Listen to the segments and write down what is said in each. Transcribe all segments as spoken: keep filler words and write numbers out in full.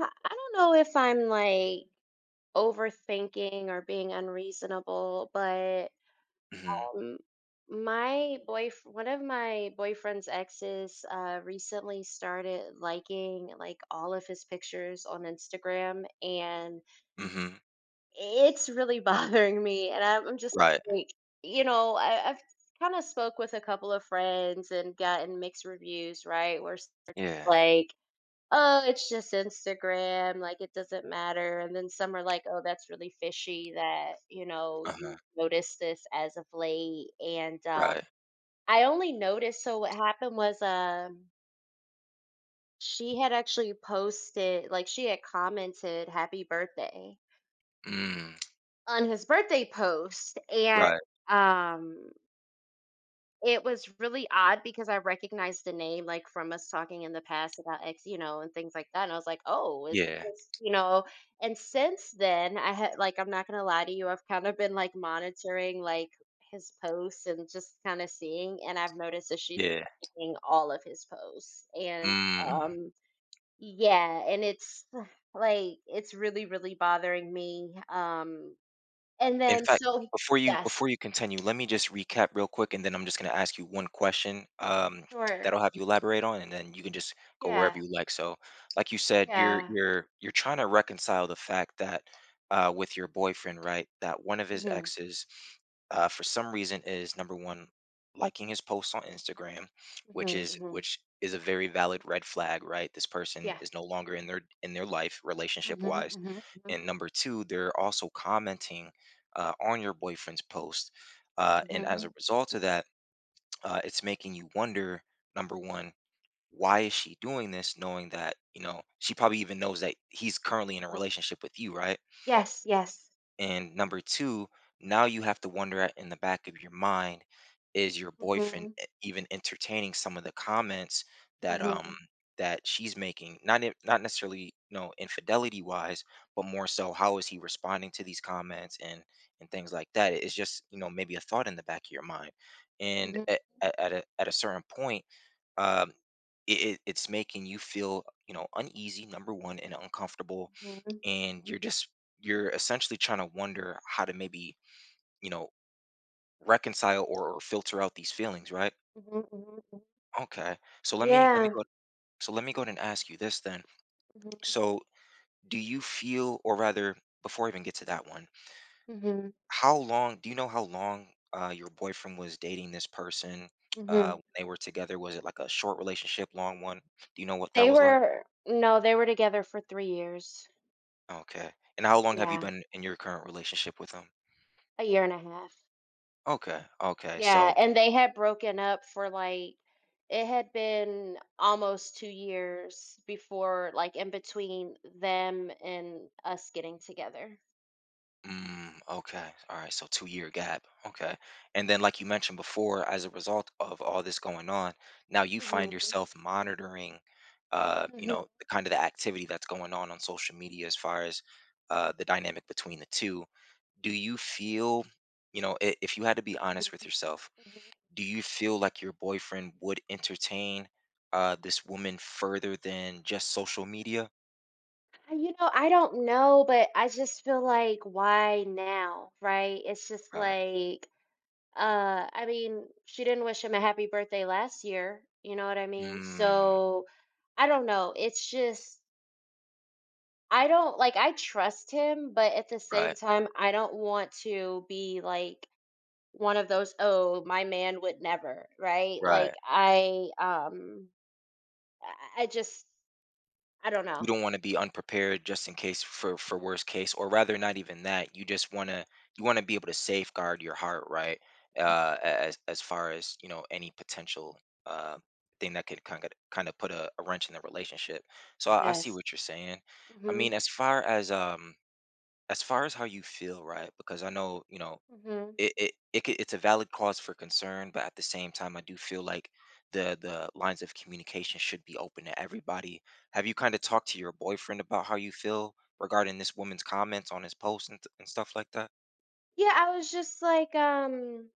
I I don't know if I'm like overthinking or being unreasonable, but Mhm, um, my boyf one of my boyfriend's exes uh, recently started liking like all of his pictures on Instagram, and mhm, it's really bothering me. And I'm I'm just right, like, you know, I, I've kind of spoke with a couple of friends and gotten mixed reviews, right? Where s- yeah, Like oh, it's just Instagram, like it doesn't matter. And then some are like, oh, that's really fishy that, you know, uh-huh, you noticed this as of late. And uh, right, I only noticed, so what happened was um, she had actually posted, like she had commented happy birthday mm, on his birthday post. And right, um it was really odd because I recognized the name, like, from us talking in the past about X, you know, and things like that, and I was like, "Oh, is yeah, this," you know? And since then, I had like, I'm not gonna lie to you, I've kind of been, like, monitoring, like, his posts and just kinda seeing, and I've noticed that she's yeah, seeing all of his posts, and, mm. um yeah, and it's like, it's really, really bothering me, um, and In then fact, so before you yes, before you continue, let me just recap real quick, and then I'm just gonna ask you one question um, that sure. I'll have you elaborate on, and then you can just go wherever Yeah, you like. So, like you said, you're yeah. you're you're trying to reconcile the fact that uh, with your boyfriend, right? That one of his Mhm. exes, uh, for some reason, is number one liking his posts on Instagram, which Mhm, is mhm. which is a very valid red flag, right? This person Yeah. is no longer in their in their life relationship Mhm, wise, mhm, mhm, and number two, they're also commenting uh, on your boyfriend's post. Uh, and as a mhm, result of that, uh, it's making you wonder number one, why is she doing this knowing that, you know, she probably even knows that he's currently in a mhm. relationship with you, right? Yes, yes. And number two, now you have to wonder at in the back of your mind, is your boyfriend Mhm, e- even entertaining some of the comments that um mhm, that she's making? Not in, not necessarily, you know, infidelity wise, but more so how is he responding to these comments and and things like that. It's just, you know, maybe a thought in the back of your mind, and mhm, at at, at a at a certain point, um, it, it- it's making you feel, you know, uneasy. Number one, and uncomfortable, mhm, and you're just you're essentially trying to wonder how to maybe, you know, reconcile or, or filter out these feelings, right? mhm, mhm, mhm. Okay, so let me let me Yeah. go so let me go ahead and ask you this then. Mhm, So do you feel, or rather, before I even get to that one, mhm, how long— do you know how long uh, your boyfriend was dating this person mhm. uh, when they were together? Was it like a short relationship, long one? Do you know what that They was like? were no, they were together for three years. Okay, and how long have you Yeah, been in your current relationship with them? a year and a half. Okay, okay. Yeah, So and they had broken up for like it had been almost two years before like in between them and us getting together. mm, okay. All right. So two year gap. Okay. And then, like you mentioned before, as a result of all this going on, now you find Mhm, yourself monitoring, uh, you mhm, know, the kind of the activity that's going on on social media as far as uh, the dynamic between the two. Do you feel, you know, i- if you had to be honest with mhm, yourself, mhm. do you feel like your boyfriend would entertain uh, this woman further than just social media? I- You know, I don't know, but I just feel like why now, right? It's just Right. like, uh, I mean, she didn't wish him a happy birthday last year, you know what I mean? Mm, So I don't know. It's just I don't like I trust him, but at the same right. time, I don't want to be like one of those, oh, my man would never, right? Right. Like I um I I just I don't You know. don't want to be unprepared just in case for for worst case, or rather not even that, you just want to— you want to be able to safeguard your heart, right? Uh, as as far as, you know, any potential uh, thing that could kind of kind of put a, a wrench in the relationship. So I, I see Yes. what you're saying. I Mm-hmm. mean, as far as um as far as how you feel, right? Because I know, you know, Mm-hmm. it it, it c- it's a valid cause for concern, but at the same time, I do feel like the the lines of communication should be open to everybody. Have you kind of talked to your boyfriend about how you feel regarding this woman's comments on his post and, and stuff like that? Yeah, I was just like, um,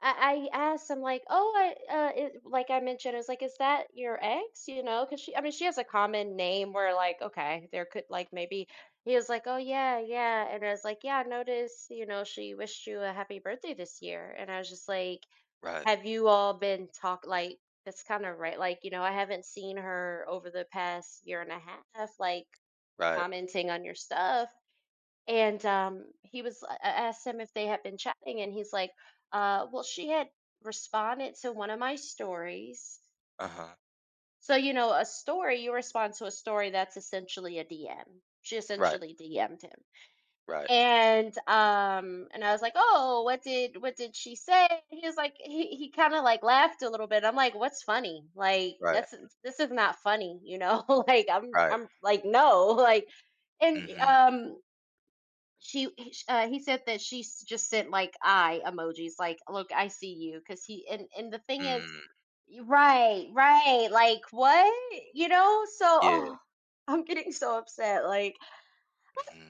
I, I asked, I'm like, oh, I, uh, it, like I mentioned, I was like, is that your ex? You know, because she, I mean, she has a common name where, like, okay, there could, like, maybe he was like, oh, yeah, yeah. And I was like, yeah, I noticed, you know, she wished you a happy birthday this year. And I was just like, Right, have you all been talk like, that's kind of right. Like, you know, I haven't seen her over the past year and a half, like, right, commenting on your stuff and um, he was, I I asked him if they had been chatting, and he's like, uh, well, she had responded to one of my stories. uh huh, So, you know, a story, you respond to a story that's essentially a D M. She right, essentially D M'd him. right, And um, and I was like, oh, what did what did she say? He was like, he he kind of like laughed a little bit. I'm like, what's funny? Like, right, that's this is not funny, you know? Like, I'm right. I'm like, no, like, and Mm-hmm. um she he- sh- uh, he said that she s- just sent like eye emojis like look I see you, because he, and and the thing is Mm, y- right, right, like what, you know, so yeah. oh I'm getting so upset like, Mm-hmm.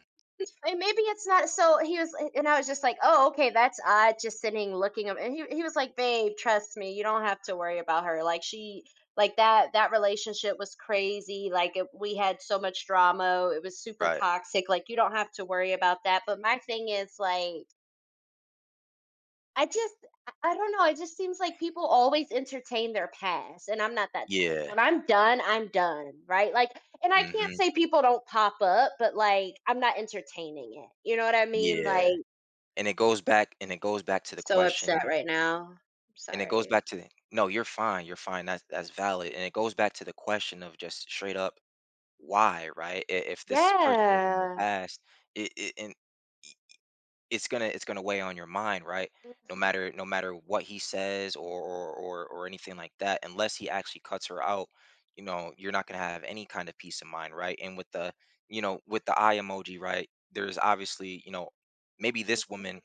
and maybe it's not, so he was eh, and I was just like, "Oh, okay, that's odd," just sitting looking up. And he he was like, "Babe, trust me, you don't have to worry about her. Like she like that that relationship was crazy. Like it, we had so much drama. It was super Right. toxic. Like you don't have to worry about that." But my thing is like I just I I don't know, it just seems like people always entertain their past, and I'm not that type. Yeah. When I'm done, I'm done, right? Like and I can't Mm-hmm. say people don't pop up, but, like, I'm not entertaining it, you know what I mean? Yeah. Like And it goes back and it goes back to I'm the so upset question right now. I'm And it goes sorry. back to the— no, you're fine, you're fine. That's that's valid. And it goes back to the question of just straight up why, right? I- If this person is in your Yeah. past, it, it and y- it's gonna it's gonna weigh on your mind, right? No matter no matter what he says or or or, or anything like that, unless he actually cuts her out, you know, you're not gonna have any kind of peace of mind, right? And with the, you know, with the eye emoji, right? There's obviously, you know, maybe this woman, Mhm,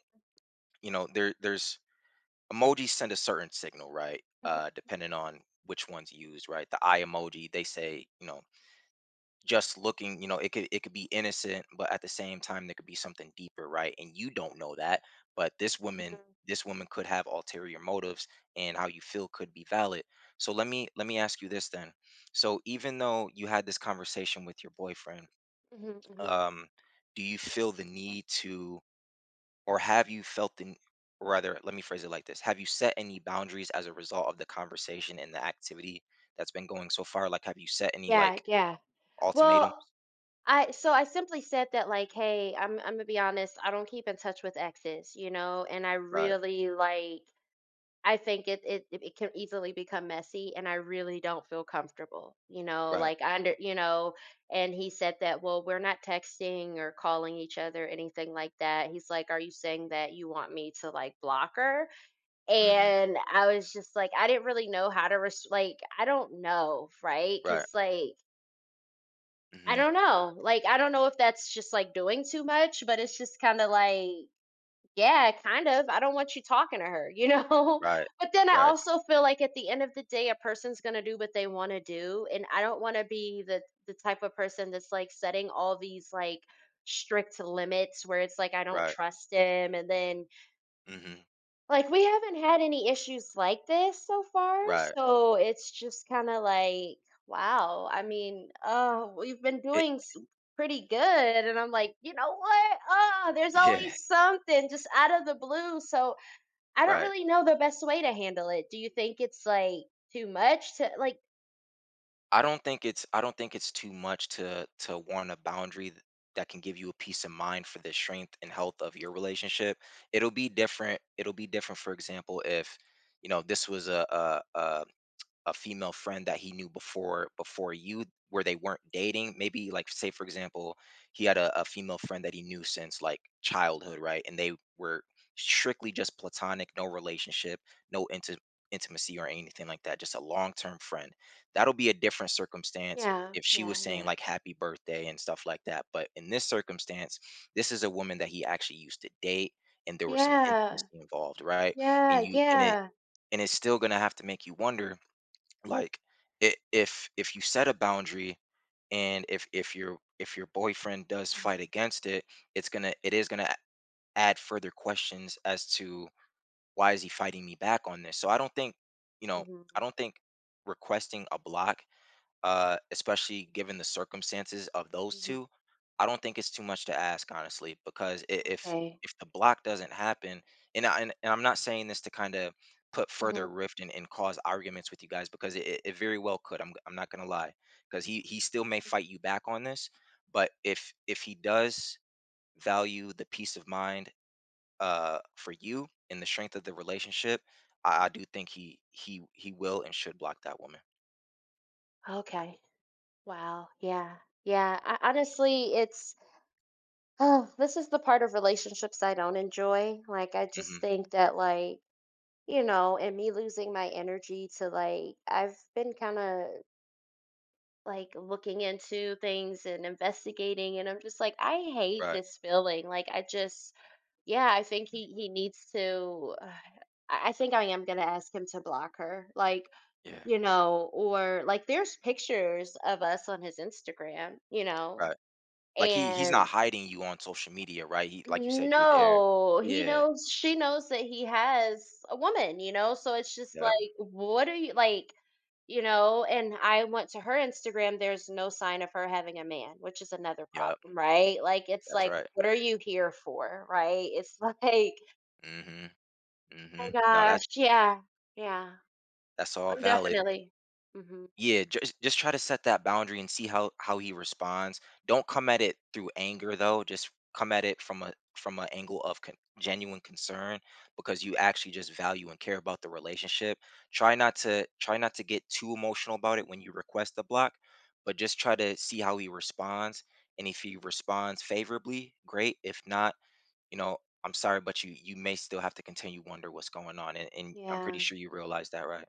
you know, there there's emojis send a certain signal, right? mhm, Uh, depending on which one's used, right? The eye emoji, they say, you know, just looking, you know, it could it could be innocent, but at the same time, there could be something deeper, right? And you don't know that, but this woman, this woman could have ulterior motives, and how you feel could be valid. So let me let me ask you this then. So even though you had this conversation with your boyfriend, mhm, mhm, mhm. um, do you feel the need to? Or have you felt in, or rather, let me phrase it like this: have you set any boundaries as a result of the conversation and the activity that's been going so far? Like, have you set any Yeah, like yeah. ultimatums? Well, I so I simply said that, like, "Hey, I'm Imma be honest, I don't keep in touch with exes," you know, and I Right, really, like I think it it it can easily become messy and I really don't feel comfortable. You know, right, like I under, you know, and he said that, well, we're not texting or calling each other, anything like that. He's like, are you saying that you want me to like block her? mm-hmm, And I was just like, I didn't really know how to res- like I don't know, right? right, Cause like I mm-hmm, don't know. Like I don't know if that's just like doing too much, but it's just kind of like yeah, kind of. I don't want you talking to her, you know? right, But then I right, also feel like at the end of the day, a person's going to do what they want to do. And I don't want to be the, the type of person that's like setting all these like strict limits where it's like, I don't right, trust him. And then mm-hmm, like, we haven't had any issues like this so far, right so it's just kinda like, wow, I mean, oh, we've been it, doing s pretty good, and I'm like, "You know what? Oh, there's yeah always something just out of the blue," so I don't right. really know the best way to handle it. Do you think it's, like, too much to like I don't think it's i don't think it's too much to to want a boundary th- that can give you a peace of mind for the strength and health of your relationship. It'll be different it'll be different for example, if, you know, this was a, a, a a female friend that he knew before before you, where they weren't dating. Maybe like, say for example, he had a, a female friend that he knew since like childhood, right? And they were strictly just platonic, no relationship, no inti- intimacy or anything like that, just a long-term friend. That'll be a different circumstance yeah, if she was yeah, saying yeah. like happy birthday and stuff like that. But in this circumstance, this is a woman that he actually used to date, and there was some Yeah, intimacy involved, right? and yeah, you and it yeah. and it's still going to have to make you wonder, like, it, if if you set a boundary, and if if your if your boyfriend does fight against it, it's gonna it is gonna a- add further questions as to why is he fighting me back on this. So I don't think, you know, Mhm, I don't think requesting a block uh, especially given the circumstances of those mhm, two, I don't think it's too much to ask, honestly, because i- if okay, if the block doesn't happen— and I, and, and I'm not saying this to kind of put mhm, further rift and, and cause arguments with you guys, because it, it it very well could. I'm I'm not gonna lie, because he he still may fight you back on this. But if if he does value the peace of mind uh, for you and the strength of the relationship, I, I do think he he he will and should block that woman. okay. Wow, yeah, yeah, ho honestly, it's oh, this is the part of relationships I don't enjoy. Like, I just Hmm. think that, like, you know, and me losing my energy to, like, I've been kind of like looking into things and investigating, and I'm just like, I hate Right. this feeling. Like, I just, yeah, I think he he needs to. Uh, I I think I am gonna ask him to block her, like Yeah. you know, or like there's pictures of us on his Instagram, you know, Right. Like, he he's not and hiding you on social media, right? He— like you said, you're there. no, he Yeah. knows she knows that he has a woman, you know? So it's just Yep. like, what are you like, you know? And I went to her Instagram, there's no sign of her having a man, which is another Yep. problem, right? Like, it's That's like, right. what are you here for, right? It's like, Mhm. my Mhm. No, gosh, that's yeah, yeah, that's all I'm valid. definitely, mhm, Yeah, just just try to set that boundary and see how how he responds. Don't come at it through anger though. Just come at it from a from an angle of con- genuine concern because you actually just value and care about the relationship. Try not to try not to get too emotional about it when you request the block, but just try to see how he responds. And if he responds favorably, great. If not, you know, I'm sorry, but you you may still have to continue wonder what's going on. And, and I'm pretty yeah, sure you realize that, right?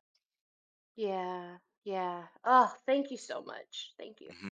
yeah, yeah. Oh, thank you so much. Thank you. Mm-hmm.